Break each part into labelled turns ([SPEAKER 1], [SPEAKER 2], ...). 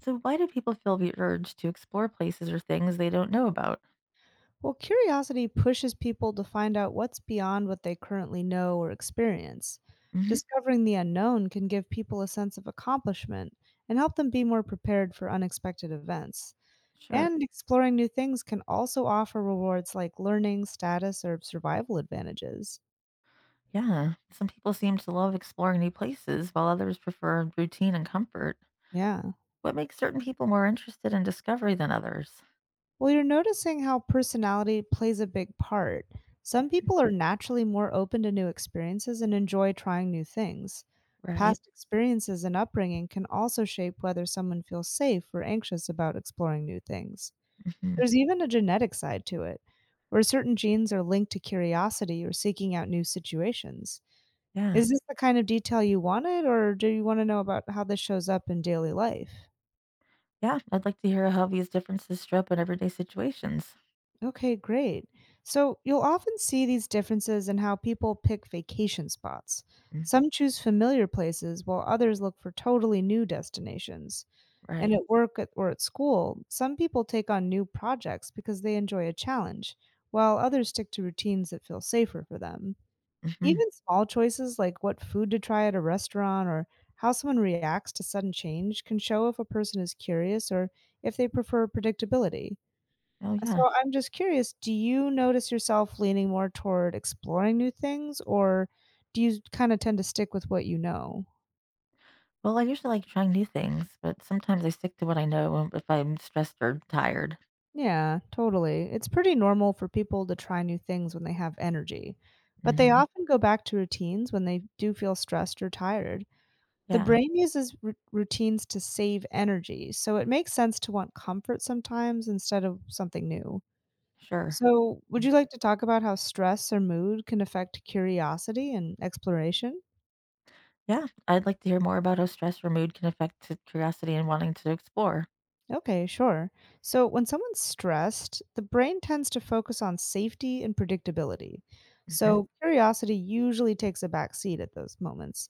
[SPEAKER 1] So, why do people feel the urge to explore places or things they don't know about?
[SPEAKER 2] Well, curiosity pushes people to find out what's beyond what they currently know or experience.
[SPEAKER 1] Hmm.
[SPEAKER 2] Discovering the unknown can give people a sense of accomplishment and help them be more prepared for unexpected events.
[SPEAKER 1] Sure.
[SPEAKER 2] And exploring new things can also offer rewards like learning, status, or survival advantages.
[SPEAKER 1] Yeah. Some people seem to love exploring new places, while others prefer routine and comfort.
[SPEAKER 2] Yeah.
[SPEAKER 1] What makes certain people more interested in discovery than others?
[SPEAKER 2] Well, you're noticing how personality plays a big part. Some people are naturally more open to new experiences and enjoy trying new things.
[SPEAKER 1] Right.
[SPEAKER 2] Past experiences and upbringing can also shape whether someone feels safe or anxious about exploring new things.
[SPEAKER 1] Hmm.
[SPEAKER 2] There's even a genetic side to it, where certain genes are linked to curiosity or seeking out new situations.
[SPEAKER 1] Yeah.
[SPEAKER 2] Is this the kind of detail you wanted, or do you want to know about how this shows up in daily life?
[SPEAKER 1] Yeah, I'd like to hear how these differences show up in everyday situations.
[SPEAKER 2] Okay, great. So you'll often see these differences in how people pick vacation spots.
[SPEAKER 1] Mm.
[SPEAKER 2] Some choose familiar places while others look for totally new destinations. And
[SPEAKER 1] Right.
[SPEAKER 2] at or at school, some people take on new projects because they enjoy a challenge, while others stick to routines that feel safer for them.
[SPEAKER 1] Hmm.
[SPEAKER 2] Even small choices like what food to try at a restaurant or how someone reacts to sudden change can show if a person is curious or if they prefer predictability.
[SPEAKER 1] Oh,
[SPEAKER 2] So
[SPEAKER 1] yeah.
[SPEAKER 2] I'm just curious, do you notice yourself leaning more toward exploring new things, or do you kind of tend to stick with what you know?
[SPEAKER 1] Well, I usually like trying new things, but sometimes I stick to what I know if I'm stressed or tired.
[SPEAKER 2] Yeah, totally. It's pretty normal for people to try new things when they have energy, but they
[SPEAKER 1] Hmm.
[SPEAKER 2] often go back to routines when they do feel stressed or tired. The
[SPEAKER 1] Yeah.
[SPEAKER 2] brain uses routines to save energy, so it makes sense to want comfort sometimes instead of something new.
[SPEAKER 1] Sure.
[SPEAKER 2] So, would you like to talk about how stress or mood can affect curiosity and exploration?
[SPEAKER 1] Yeah, I'd like to hear more about how stress or mood can affect curiosity and wanting to explore.
[SPEAKER 2] Okay, sure. So when someone's stressed, the brain tends to focus on safety and predictability.
[SPEAKER 1] Hmm.
[SPEAKER 2] So curiosity usually takes a back seat at those moments.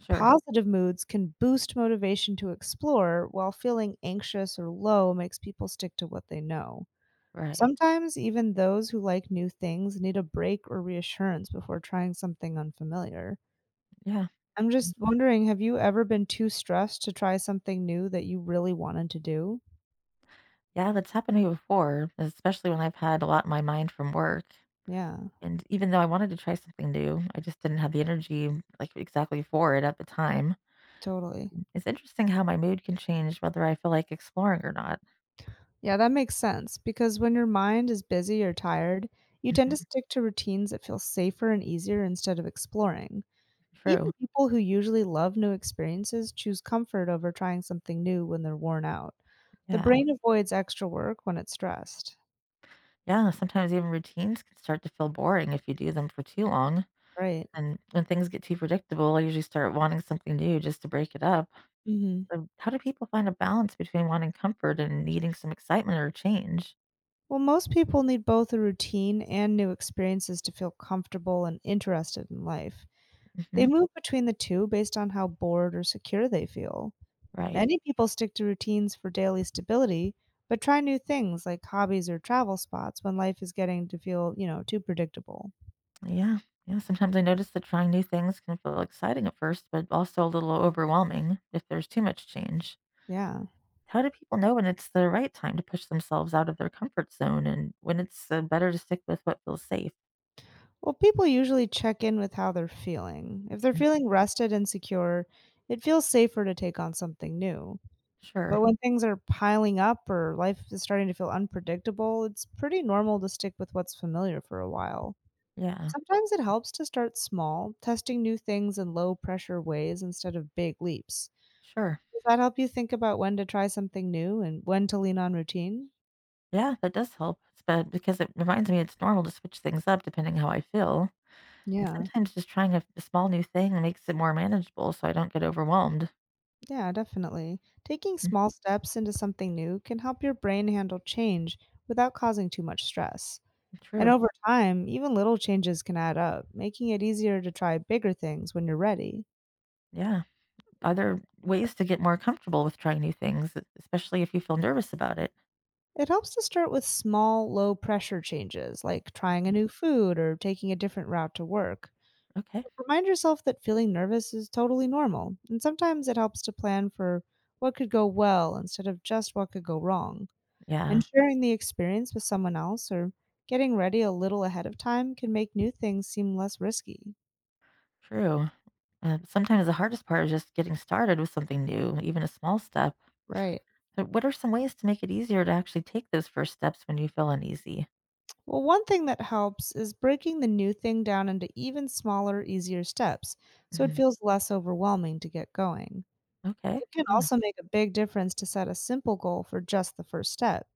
[SPEAKER 1] Sure.
[SPEAKER 2] Positive moods can boost motivation to explore, while feeling anxious or low makes people stick to what they know.
[SPEAKER 1] Right.
[SPEAKER 2] Sometimes even those who like new things need a break or reassurance before trying something unfamiliar.
[SPEAKER 1] Yeah.
[SPEAKER 2] I'm just wondering, have you ever been too stressed to try something new that you really wanted to do?
[SPEAKER 1] Yeah, that's happened to me before, especially when I've had a lot in my mind from work.
[SPEAKER 2] Yeah,
[SPEAKER 1] And even though I wanted to try something new, I just didn't have the energy like exactly for it at the time.
[SPEAKER 2] totally.
[SPEAKER 1] It's interesting how my mood can change whether I feel like exploring or not.
[SPEAKER 2] Yeah, that makes sense because when your mind is busy or tired, you tend to
[SPEAKER 1] Hmm.
[SPEAKER 2] stick to routines that feel safer and easier instead of exploring. Even
[SPEAKER 1] True.
[SPEAKER 2] people who usually love new experiences choose comfort over trying something new when they're worn out. The
[SPEAKER 1] Yeah.
[SPEAKER 2] brain avoids extra work when it's stressed.
[SPEAKER 1] Yeah, sometimes even routines can start to feel boring if you do them for too long.
[SPEAKER 2] Right.
[SPEAKER 1] And when things get too predictable, I usually start wanting something new just to break it up.
[SPEAKER 2] Hmm.
[SPEAKER 1] So how do people find a balance between wanting comfort and needing some excitement or change?
[SPEAKER 2] Well, most people need both a routine and new experiences to feel comfortable and interested in life.
[SPEAKER 1] Hmm.
[SPEAKER 2] They move between the two based on how bored or secure they feel.
[SPEAKER 1] Right.
[SPEAKER 2] Many people stick to routines for daily stability, but try new things like hobbies or travel spots when life is getting to feel, you know, too predictable.
[SPEAKER 1] Yeah. Yeah, sometimes I notice that trying new things can feel exciting at first, but also a little overwhelming if there's too much change.
[SPEAKER 2] Yeah.
[SPEAKER 1] How do people know when it's the right time to push themselves out of their comfort zone and when it's better to stick with what feels safe?
[SPEAKER 2] Well, people usually check in with how they're feeling. If they're feeling rested and secure, it feels safer to take on something new. But
[SPEAKER 1] Sure.
[SPEAKER 2] when things are piling up or life is starting to feel unpredictable, it's pretty normal to stick with what's familiar for a while.
[SPEAKER 1] Yeah.
[SPEAKER 2] Sometimes it helps to start small, testing new things in low pressure ways instead of big leaps.
[SPEAKER 1] Sure.
[SPEAKER 2] Does that help you think about when to try something new and when to lean on routine?
[SPEAKER 1] Yeah, that does help. It's bad because it reminds me it's normal to switch things up depending how I feel. And
[SPEAKER 2] Yeah.
[SPEAKER 1] sometimes just trying a small new thing makes it more manageable so I don't get overwhelmed.
[SPEAKER 2] Yeah, definitely. Taking
[SPEAKER 1] Mm.
[SPEAKER 2] small steps into something new can help your brain handle change without causing too much stress. And
[SPEAKER 1] True.
[SPEAKER 2] over time, even little changes can add up, making it easier to try bigger things when you're ready.
[SPEAKER 1] Yeah. Are there ways to get more comfortable with trying new things, especially if you feel nervous about it?
[SPEAKER 2] It helps to start with small, low pressure changes, like trying a new food or taking a different route to work.
[SPEAKER 1] Okay.
[SPEAKER 2] Remind yourself that feeling nervous is totally normal, and sometimes it helps to plan for what could go well instead of just what could go wrong.
[SPEAKER 1] Yeah,
[SPEAKER 2] And sharing the experience with someone else or getting ready a little ahead of time can make new things seem less risky.
[SPEAKER 1] true. Sometimes the hardest part is just getting started with something new, even a small step.
[SPEAKER 2] Right.
[SPEAKER 1] So what are some ways to make it easier to actually take those first steps when you feel uneasy?
[SPEAKER 2] Well, one thing that helps is breaking the new thing down into even smaller, easier steps so it
[SPEAKER 1] Mhm.
[SPEAKER 2] feels less overwhelming to get going.
[SPEAKER 1] Okay.
[SPEAKER 2] It can
[SPEAKER 1] Yeah.
[SPEAKER 2] also make a big difference to set a simple goal for just the first step.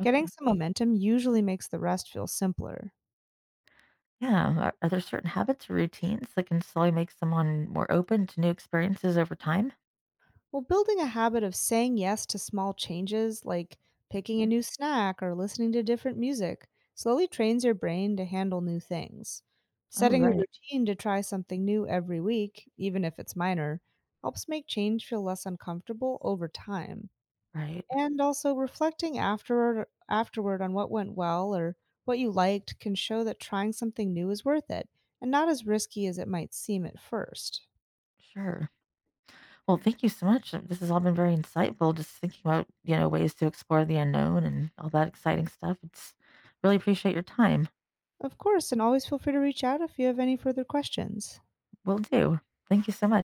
[SPEAKER 1] Okay.
[SPEAKER 2] Getting some momentum usually makes the rest feel simpler.
[SPEAKER 1] Yeah. Are there certain habits or routines that can slowly make someone more open to new experiences over time?
[SPEAKER 2] Well, building a habit of saying yes to small changes, like picking a new snack or listening to different music, slowly trains your brain to handle new things.
[SPEAKER 1] Oh,
[SPEAKER 2] Setting a
[SPEAKER 1] right.
[SPEAKER 2] routine to try something new every week, even if it's minor, helps make change feel less uncomfortable over time.
[SPEAKER 1] Right.
[SPEAKER 2] And also reflecting afterward on what went well or what you liked can show that trying something new is worth it and not as risky as it might seem at first.
[SPEAKER 1] Sure. Well, thank you so much. This has all been very insightful. Just thinking about, you know, ways to explore the unknown and all that exciting stuff. It's really appreciate your time.
[SPEAKER 2] Of course, and always feel free to reach out if you have any further questions.
[SPEAKER 1] Will do. Thank you so much.